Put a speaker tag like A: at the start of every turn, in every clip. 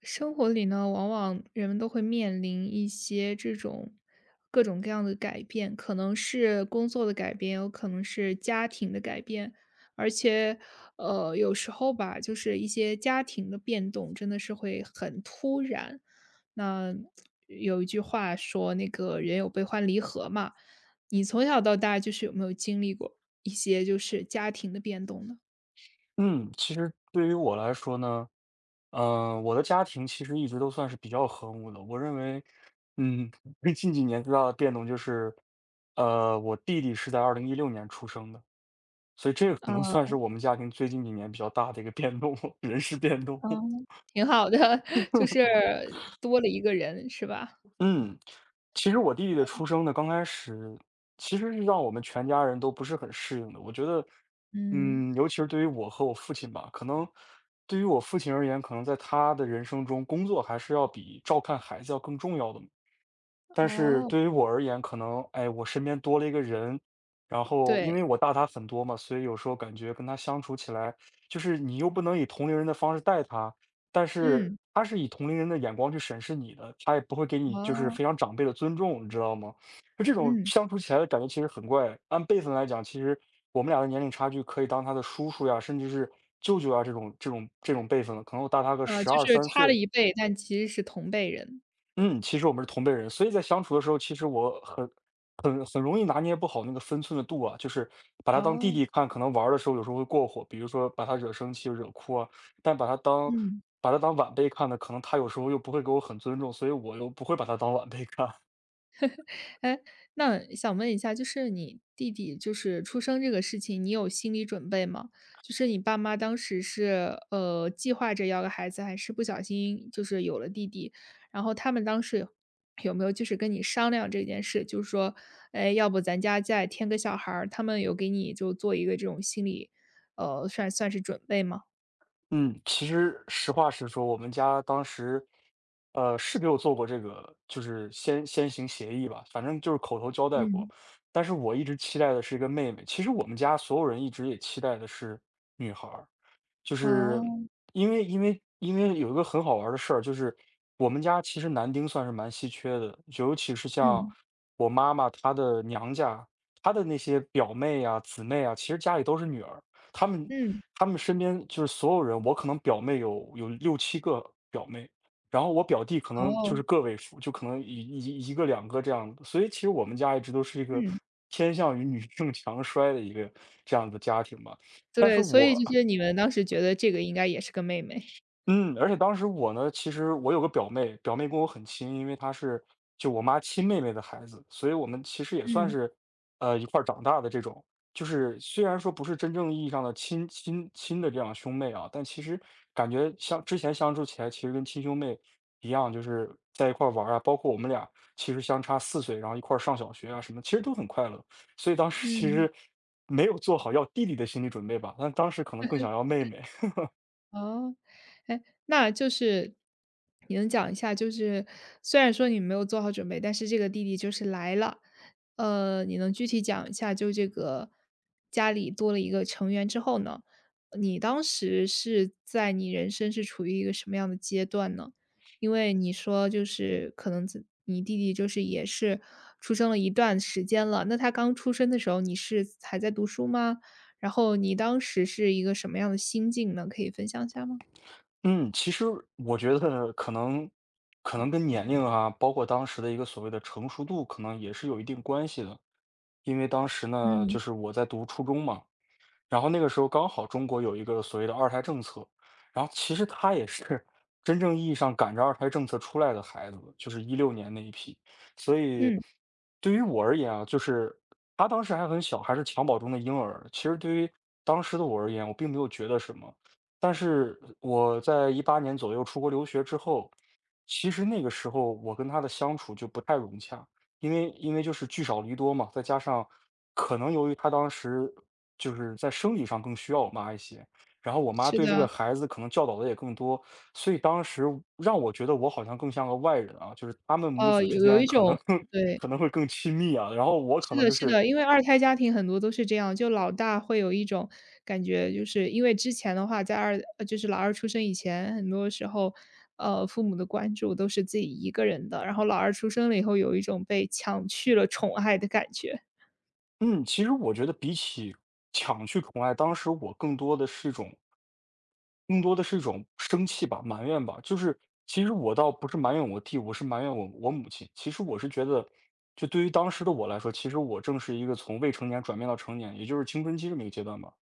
A: 生活里呢，往往人们都会面临一些这种各种各样的改变，可能是工作的改变，有可能是家庭的改变，而且，有时候吧，就是一些家庭的变动真的是会很突然。那有一句话说，那个人有悲欢离合嘛，你从小到大就是有没有经历过一些就是家庭的变动呢？
B: 嗯，其实对于我来说呢，我的家庭其实一直都算是比较和睦的，我认为。嗯，最近几年最大的变动就是，我弟弟是在2016年出生的，所以这个可能算
A: 啊、
B: 是我们家庭最近几年比较大的一个变动，人事变动。
A: 嗯，挺好的，就是多了一个人是吧？
B: 嗯，其实我弟弟的出生呢，刚开始其实是让我们全家人都不是很适应的，我觉得。
A: 嗯。
B: 尤其是对于我和我父亲吧，可能对于我父亲而言，可能在他的人生中，工作还是要比照看孩子要更重要的。但是
A: 哦，
B: 对于我而言，可能，哎，我身边多了一个人，然后因
A: 对，
B: 为我大他很多嘛，所以有时候感觉跟他相处起来，就是你又不能以同龄人的方式待他，但是
A: 嗯，
B: 他是以同龄人的眼光去审视你的，他也不会给你就是
A: 哦，
B: 非常长辈的尊重，你知道吗？就这种
A: 嗯。
B: 相处起来的感觉其实很怪。按辈分来讲，其实我们俩的年龄差距可以当他的叔叔呀，甚至是舅舅呀这种辈分了，可能我大他个十
A: 就
B: 二
A: 是
B: 三
A: 差了
B: 岁。
A: 一辈，但其实是同辈人。
B: 嗯，其实我们是同辈人，所以在相处的时候，其实我很容易拿捏不好那个分寸的度啊，就是把他当弟
A: 哦，
B: 弟看，可能玩儿的时候有时候会过火，比如说把他惹生气、惹哭啊，但把他当
A: 嗯。
B: 把他当晚辈看的，可能他有时候又不会给我很尊重，所以我又不会把他当晚辈看。
A: 哎，那想问一下，就是你弟弟就是出生这个事情，你有心理准备吗？就是你爸妈当时是计划着要个孩子，还是不小心就是有了弟弟？然后他们当时有没有就是跟你商量这件事？就是说，哎，要不咱家再添个小孩儿？他们有给你就做一个这种心理，算是准备吗？
B: 嗯，其实实话实说，我们家当时，是给我做过这个，就是先行协议吧，反正就是口头交代过。
A: 嗯，
B: 但是我一直期待的是一个妹妹，其实我们家所有人一直也期待的是女孩儿，就是
A: 哦，
B: 因为有一个很好玩儿的事儿，就是我们家其实男丁算是蛮稀缺的，尤其是像
A: 嗯
B: 我妈妈她的娘家，她的那些表妹啊、姊妹啊，其实家里都是女儿。他们
A: 嗯，
B: 他们身边就是所有人，我可能表妹有六七个表妹，然后我表弟可能就
A: 哦，
B: 是个位数，就可能一个两个这样的。所以其实我们家一直都是一个
A: 嗯，
B: 偏向于女性强 衰的一个这样的家庭吧。但是
A: 对，所以
B: 我
A: 就是你们当时觉得这个应该也是个妹妹，
B: 嗯，而且当时我呢，其实我有个表妹，表妹跟我很亲，因为她是就我妈亲妹妹的孩子，所以我们其实也算
A: 嗯。
B: 是一块儿长大的这种。就是虽然说不是真正意义上的亲的这样兄妹啊，但其实感觉之前相处起来，其实跟亲兄妹一样，就是在一块儿玩儿啊，包括我们俩其实相差4岁，然后一块儿上小学啊什么，其实都很快乐。所以当时其
A: 嗯，
B: 实没有做好要弟弟的心理准备吧，但当时可能更想要妹妹。
A: 哦，哎，那就是你能讲一下，就是虽然说你没有做好准备，但是这个弟弟就是来了，你能具体讲一下，就这个家里多了一个成员之后呢，你当时是在你人生是处于一个什么样的阶段呢？因为你说就是可能自你弟弟就是也是出生了一段时间了，那他刚出生的时候，你是还在读书吗？然后你当时是一个什么样的心境呢？可以分享一下吗？
B: 嗯，其实我觉得可能跟年龄啊，包括当时的一个所谓的成熟度，可能也是有一定关系的。因为当时呢，
A: 嗯。
B: 就是我在读初中嘛，然后那个时候刚好中国有一个所谓的二胎政策，然后其实他也是真正意义上赶着二胎政策出来的孩子，就是一六年那一批。所以
A: 嗯，
B: 对于我而言啊，就是他当时还很小，还是襁褓中的婴儿。其实对于当时的我而言，我并没有觉得什么。但是我在18年左右出国留学之后，其实那个时候我跟他的相处就不太融洽。因为就是聚少离多嘛，再加上可能由于她当时就是在生理上更需要我妈一些，然后我妈
A: 是
B: 对这个
A: 的，
B: 孩子可能教导的也更多，所以当时让我觉得我好像更像个外人啊，就是他们母子之
A: 有有
B: 间
A: 一
B: 可
A: 种
B: 能
A: 对，
B: 可能会更亲密啊，然后我可
A: 是
B: 能
A: 的
B: 就
A: 是
B: 是，
A: 的，因为二胎家庭很多都是这样，就老大会有一种感觉，就是因为之前的话，在就是老二出生以前，很多时候，父母的关注都是自己一个人的，然后老二出生了以后，有一种被抢去了宠爱的感觉。
B: 嗯，其实我觉得比起抢去宠爱，当时我更多的是一种生气吧、埋怨吧。就是其实我倒不是埋怨我弟，我是埋怨我母亲。其实我是觉得，就对于当时的我来说，其实我正是一个从未成年转变到成年，也就是青春期这么一个阶段吧。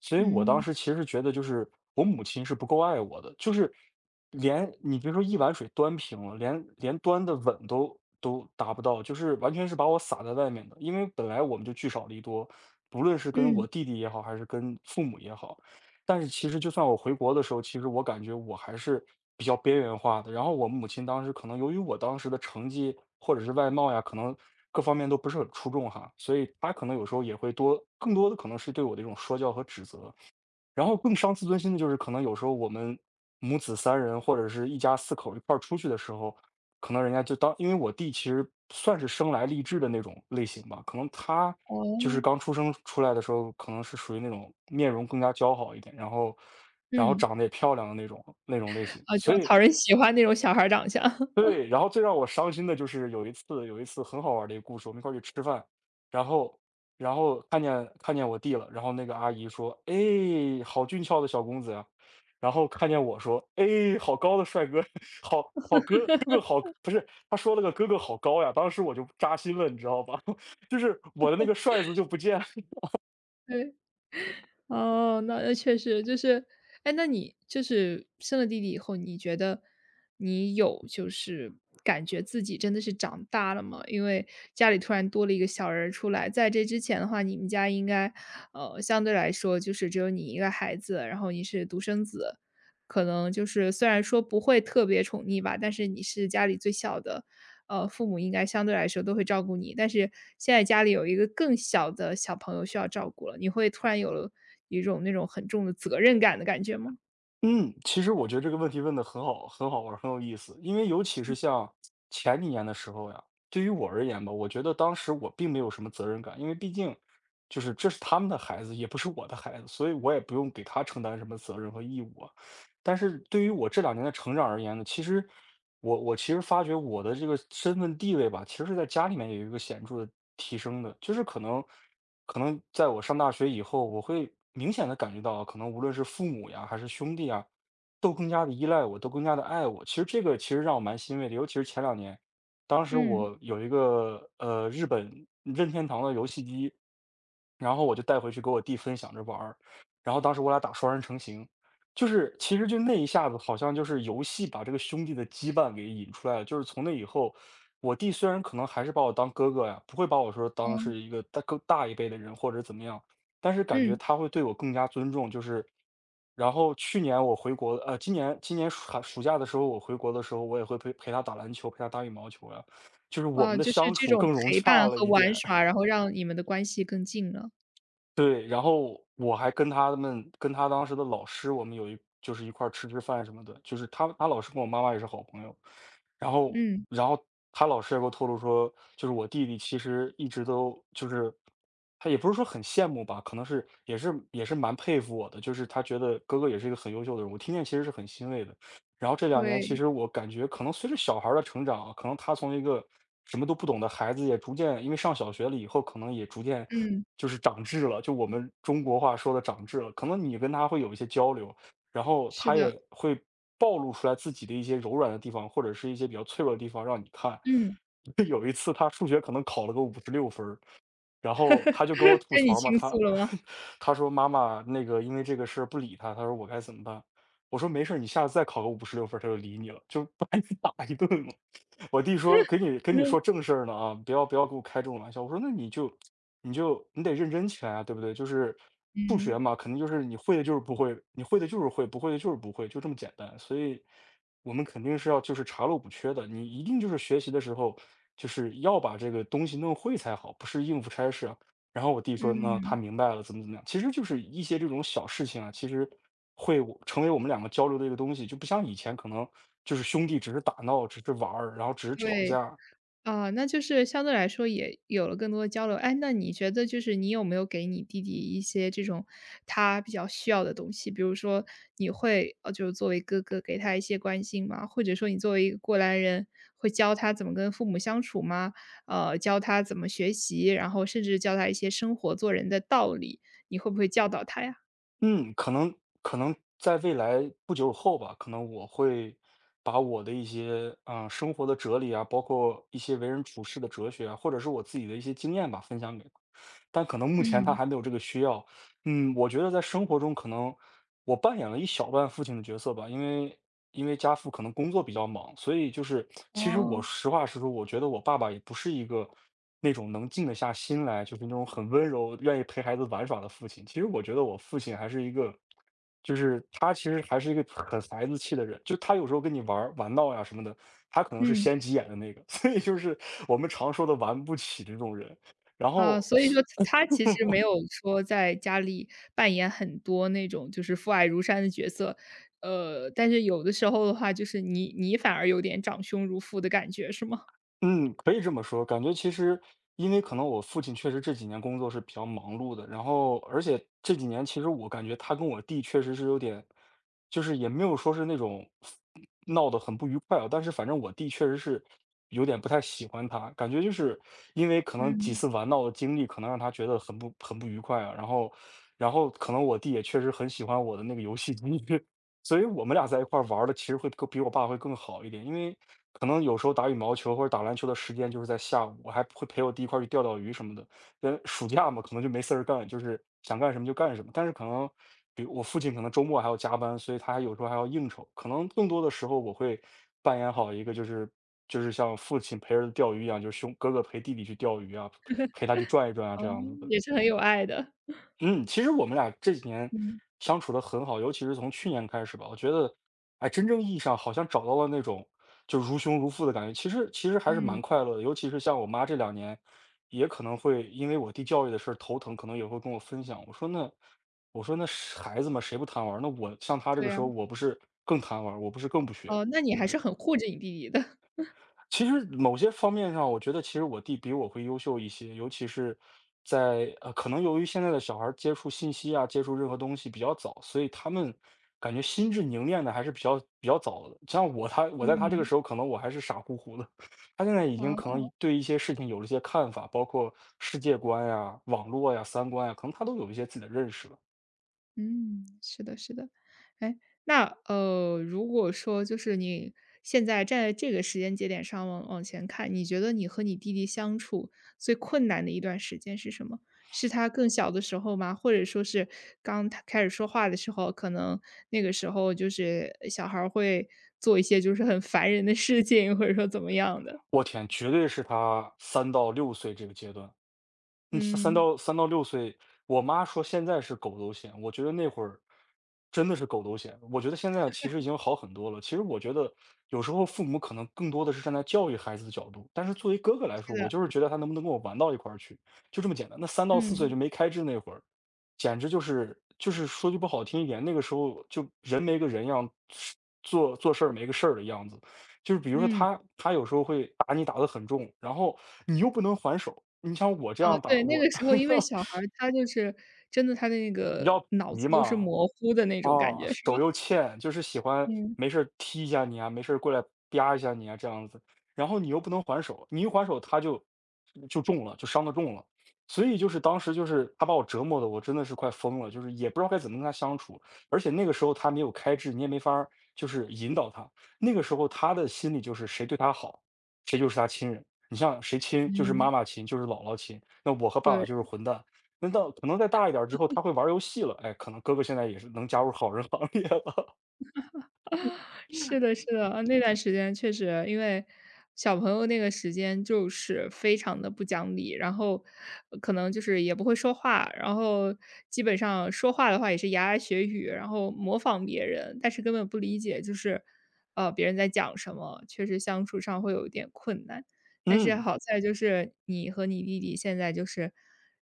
B: 所以我当
A: 嗯，
B: 时其实觉得，就是我母亲是不够爱我的，就是连你别说一碗水端平了，连端的稳都达不到，就是完全是把我撒在外面的。因为本来我们就聚少离多，不论是跟
A: 嗯，
B: 我弟弟也好，还是跟父母也好。但是其实就算我回国的时候，其实我感觉我还是比较边缘化的。然后我母亲当时可能由于我当时的成绩或者是外貌呀，可能各方面都不是很出众哈，所以她可能有时候也会更多的可能是对我的一种说教和指责。然后更伤自尊心的就是，可能有时候我们母子三人或者是一家四口一块儿出去的时候，可能人家就当因为我弟其实算是生来励志的那种类型吧，可能他就是
A: 哦，
B: 刚出生出来的时候，可能是属于那种面容更加姣好一点，然后
A: 嗯，
B: 长得也漂亮的那种类型，
A: 啊，就
B: 所以
A: 讨人喜欢那种小孩儿长相，
B: 对，然后最让我伤心的就是有一次很好玩儿的一个故事，我们一块儿去吃饭，然后看见我弟了，然后那个阿姨说："哎，好俊俏的小公子呀。"然后看见我说："哎，好高的帅哥，好好哥哥哥好。”不是，他说了个"哥哥好高呀"，当时我就扎心了，你知道吧？就是我的那个帅字就不见
A: 对。哦，那确实就是，哎，那你就是生了弟弟以后，你觉得你有就是感觉自己真的是长大了吗？因为家里突然多了一个小人儿出来，在这之前的话，你们家应该，相对来说就是只有你一个孩子，然后你是独生子，可能就是虽然说不会特别宠溺吧，但是你是家里最小的，父母应该相对来说都会照顾你。但是现在家里有一个更小的小朋友需要照顾了，你会突然有了一种那种很重的责任感的感觉吗？
B: 嗯，其实我觉得这个问题问的很好，很好玩儿很有意思。因为尤其是像前几年的时候呀，对于我而言吧，我觉得当时我并没有什么责任感，因为毕竟就是这是他们的孩子，也不是我的孩子，所以我也不用给他承担什么责任和义务啊。但是对于我这两年的成长而言呢，其实我其实发觉我的这个身份地位吧，其实是在家里面有一个显著的提升的，就是可能在我上大学以后，我会明显的感觉到，可能无论是父母呀，还是兄弟啊，都更加的依赖我，都更加的爱我。其实这个其实让我蛮欣慰的，尤其是前两年，当时
A: 嗯，
B: 我有一个日本任天堂的游戏机，然后我就带回去给我弟分享着玩儿，然后当时我俩打双人成行。就是其实就那一下子，好像就是游戏把这个兄弟的羁绊给引出来了。就是从那以后，我弟虽然可能还是把我当哥哥呀，不会把我说当是一个更大一辈的人或者怎么样，但是感觉
A: 嗯，
B: 他会对我更加尊重。就是，然后去年我回国，今年寒暑假的时候我回国的时候，我也会陪陪他打篮球，陪他打羽毛球呀。就是我
A: 啊，
B: 们的
A: 就是
B: 相
A: 这
B: 处
A: 种
B: 更融
A: 陪
B: 洽
A: 伴
B: 了
A: 和
B: 一
A: 玩
B: 点。
A: 耍，然后让你们的关系更近了。
B: 对，然后我还跟他当时的老师，我们有一就是一块儿吃吃饭什么的，就是他老师跟我妈妈也是好朋友，然后
A: 嗯，
B: 然后他老师也给我透露说，就是我弟弟其实一直都就是他也不是说很羡慕吧，可能是也是也是蛮佩服我的，就是他觉得哥哥也是一个很优秀的人，我听见其实是很欣慰的。然后这两年其
A: 对，
B: 实我感觉可能随着小孩儿的成长啊，可能他从一个什么都不懂的孩子，也逐渐因为上小学了以后，可能也逐渐
A: 嗯，
B: 就是长智了，就我们中国话说的长智了。可能你跟他会有一些交流，然后
A: 是
B: 他
A: 的，
B: 也会暴露出来自己的一些柔软的地方，或者是一些比较脆弱的地方让你看。
A: 嗯，
B: 有一次他数学可能考了个五十六分儿，然后他就跟我吐
A: 跟你
B: 槽嘛，
A: 倾
B: 他
A: 诉了吗？
B: 他说妈妈那个因为这个事儿不理他，他说我该怎么办？我说没事儿，你下次再考个五十六分儿他就理你了，就 把你打一顿了。我弟说跟你说 正事儿呢啊，不要给我开这种玩笑。我说那你得认真起来啊，对不对？就是数
A: 嗯，
B: 学
A: 嗯，
B: 嘛，肯定就是你会的就是不会，你会的就是会，不会的就是不会，就这么简单。所以我们肯定是要就是查漏补缺的，你一定就是学习的时候就是要把这个东西弄会才好，不是应付差事啊。然后我弟说，那
A: 嗯，
B: 他明白了，怎么怎么样。其实就是一些这种小事情啊，其实会我成为我们两个交流的一个东西，就不像以前可能就是兄弟只是打闹，只是玩儿，然后只是吵
A: 对。
B: 架。
A: 啊，那就是相对来说也有了更多的交流。哎，那你觉得就是你有没有给你弟弟一些这种他比较需要的东西？比如说你会，就是作为哥哥给他一些关心吗？或者说你作为一个过来人，会教他怎么跟父母相处吗？教他怎么学习，然后甚至教他一些生活做人的道理，你会不会教导他呀？
B: 嗯，可能在未来不久后吧，可能我会把我的一些啊、生活的哲理啊，包括一些为人处事的哲学啊，或者是我自己的一些经验吧，分享给他。但可能目前他
A: 嗯，
B: 还没有这个需要，嗯，我觉得在生活中可能我扮演了一小半父亲的角色吧，因为家父可能工作比较忙，所以就是其实我
A: 哦，
B: 实话实说，我觉得我爸爸也不是一个那种能静得下心来，就是那种很温柔、愿意陪孩子玩耍的父亲。其实我觉得我父亲还是一个，就是他其实还是一个很孩子气的人，就他有时候跟你玩儿玩闹呀什么的，他可能是
A: 嗯。
B: 先急眼的那个，所以就是我们常说的玩不起这种人。然
A: 啊，
B: 后
A: 所以说他其实没有说在家里扮演很多那种就是父爱如山的角色，但是有的时候的话，就是你反而有点长兄如父的感觉，是吗？
B: 嗯，可以这么说。感觉其实因为可能我父亲确实这几年工作是比较忙碌的，然后而且这几年其实我感觉他跟我弟确实是有点，就是也没有说是那种闹得很不愉快啊，但是反正我弟确实是有点不太喜欢他，感觉就是因为可能几
A: 嗯。
B: 次玩闹的经历，可能让他觉得很不愉快啊。然后可能我弟也确实很喜欢我的那个游戏机，所以我们俩在一块儿玩儿的，其实会更比我爸会更好一点，因为可能有时候打羽毛球或者打篮球的时间就是在下午，我还会陪我弟一块儿去钓钓鱼什么的。因为暑假嘛，可能就没事儿干，就是想干什么就干什么。但是可能，比如我父亲可能周末还要加班，所以他还有时候还要应酬。可能更多的时候，我会扮演好一个就是像父亲陪儿子钓鱼一样，就是哥哥陪弟弟去钓鱼啊，陪他去转一转啊
A: 哦，
B: 这样子的。
A: 也是很有爱的。
B: 嗯，其实我们俩这几年
A: 嗯。
B: 相处的很好，尤其是从去年开始吧，我觉得，哎，真正意义上好像找到了那种就如兄如父的感觉。其实还是
A: 嗯，
B: 蛮快乐的，尤其是像我妈这两年，也可能会因为我弟教育的事儿头疼，可能也会跟我分享。我说那是孩子嘛，谁不贪玩儿那我像他这
A: 对
B: 个
A: 呀，
B: 时候，我不是更贪玩儿我不是更不学？
A: 哦，那你还是很护着你弟弟的。
B: 其实某些方面上，我觉得其实我弟比我会优秀一些，尤其是在可能由于现在的小孩儿接触信息啊，接触任何东西比较早，所以他们感觉心智凝练的还是比较早的。像我我在他这个
A: 嗯。
B: 时候，可能我还是傻乎乎的，他现在已经可
A: 好。
B: 能对一些事情有了一些看法，包括世界观呀、网络呀、三观呀，可能他都有一些自己的认识了。
A: 嗯，是的，是的。哎，那如果说就是你现在站在这个时间节点上往前看，你觉得你和你弟弟相处最困难的一段时间是什么？是他更小的时候吗？或者说是刚他开始说话的时候，可能那个时候就是小孩儿会做一些就是很烦人的事情，或者说怎么样的？
B: 我天，绝对是他三到六岁这个阶段。嗯，三
A: 嗯，
B: 到三到六岁，我妈说现在是狗都嫌，我觉得那会儿真的是狗都嫌。我觉得现在其实已经好很多了，其实我觉得有时候父母可能更多的是站在教育孩子的角度，但是作为哥哥来
A: 是
B: 说，我
A: 的，
B: 就是觉得他能不能跟我玩到一块儿去，就这么简单。那3到4岁
A: 嗯
B: 就没开智那会儿，简直就是说句不好听一点，那个时候就人没个人样，做做事儿没个事儿的样子。就是比如说
A: 嗯。
B: 他有时候会打你打得很重，然后你又不能还手。你像我这
A: 哦，
B: 样打，
A: 对，那
B: 我
A: 个时候因为小孩儿他就是真的他的那
B: 你
A: 个
B: 要
A: 脑
B: 皮
A: 子都是
B: 嘛，
A: 模糊的那种感
B: 啊，
A: 觉，是吧？
B: 手又欠，就是喜欢
A: 嗯，
B: 没事儿踢一下你啊，没事儿过来啪一下你啊，这样子。然后你又不能还手，你一还手他就中了，就伤的重了。所以就是当时就是他把我折磨的，我真的是快疯了，就是也不知道该怎么跟他相处。而且那个时候他没有开智，你也没法儿就是引导他。那个时候他的心里就是谁对他好，谁就是他亲人。你像谁亲，就是妈
A: 嗯，
B: 妈亲，就是姥姥亲。那我和爸
A: 对，
B: 爸就是混蛋。那到可能再大一点儿之后，他会玩儿游戏了，哎，可能哥哥现在也是能加入好人行列了。
A: 是的，是的，啊那段时间确实，因为小朋友那个时间就是非常的不讲理，然后可能就是也不会说话，然后基本上说话的话也是牙牙学语，然后模仿别人，但是根本不理解就是，别人在讲什么，确实相处上会有一点困难。但是
B: 嗯，
A: 好在就是你和你弟弟现在就是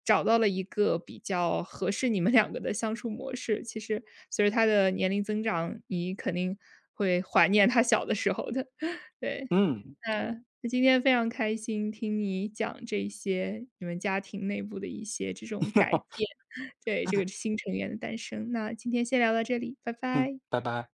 A: 找到了一个比较合适你们两个的相处模式。其实随着他的年龄增长，你肯定会怀念他小的时候的。对，
B: 嗯，
A: 那那今天非常开心听你讲这些你们家庭内部的一些这种改 变，对，这个新成员的诞生。那今天先聊到这里，拜
B: 嗯，
A: 拜。
B: 拜拜。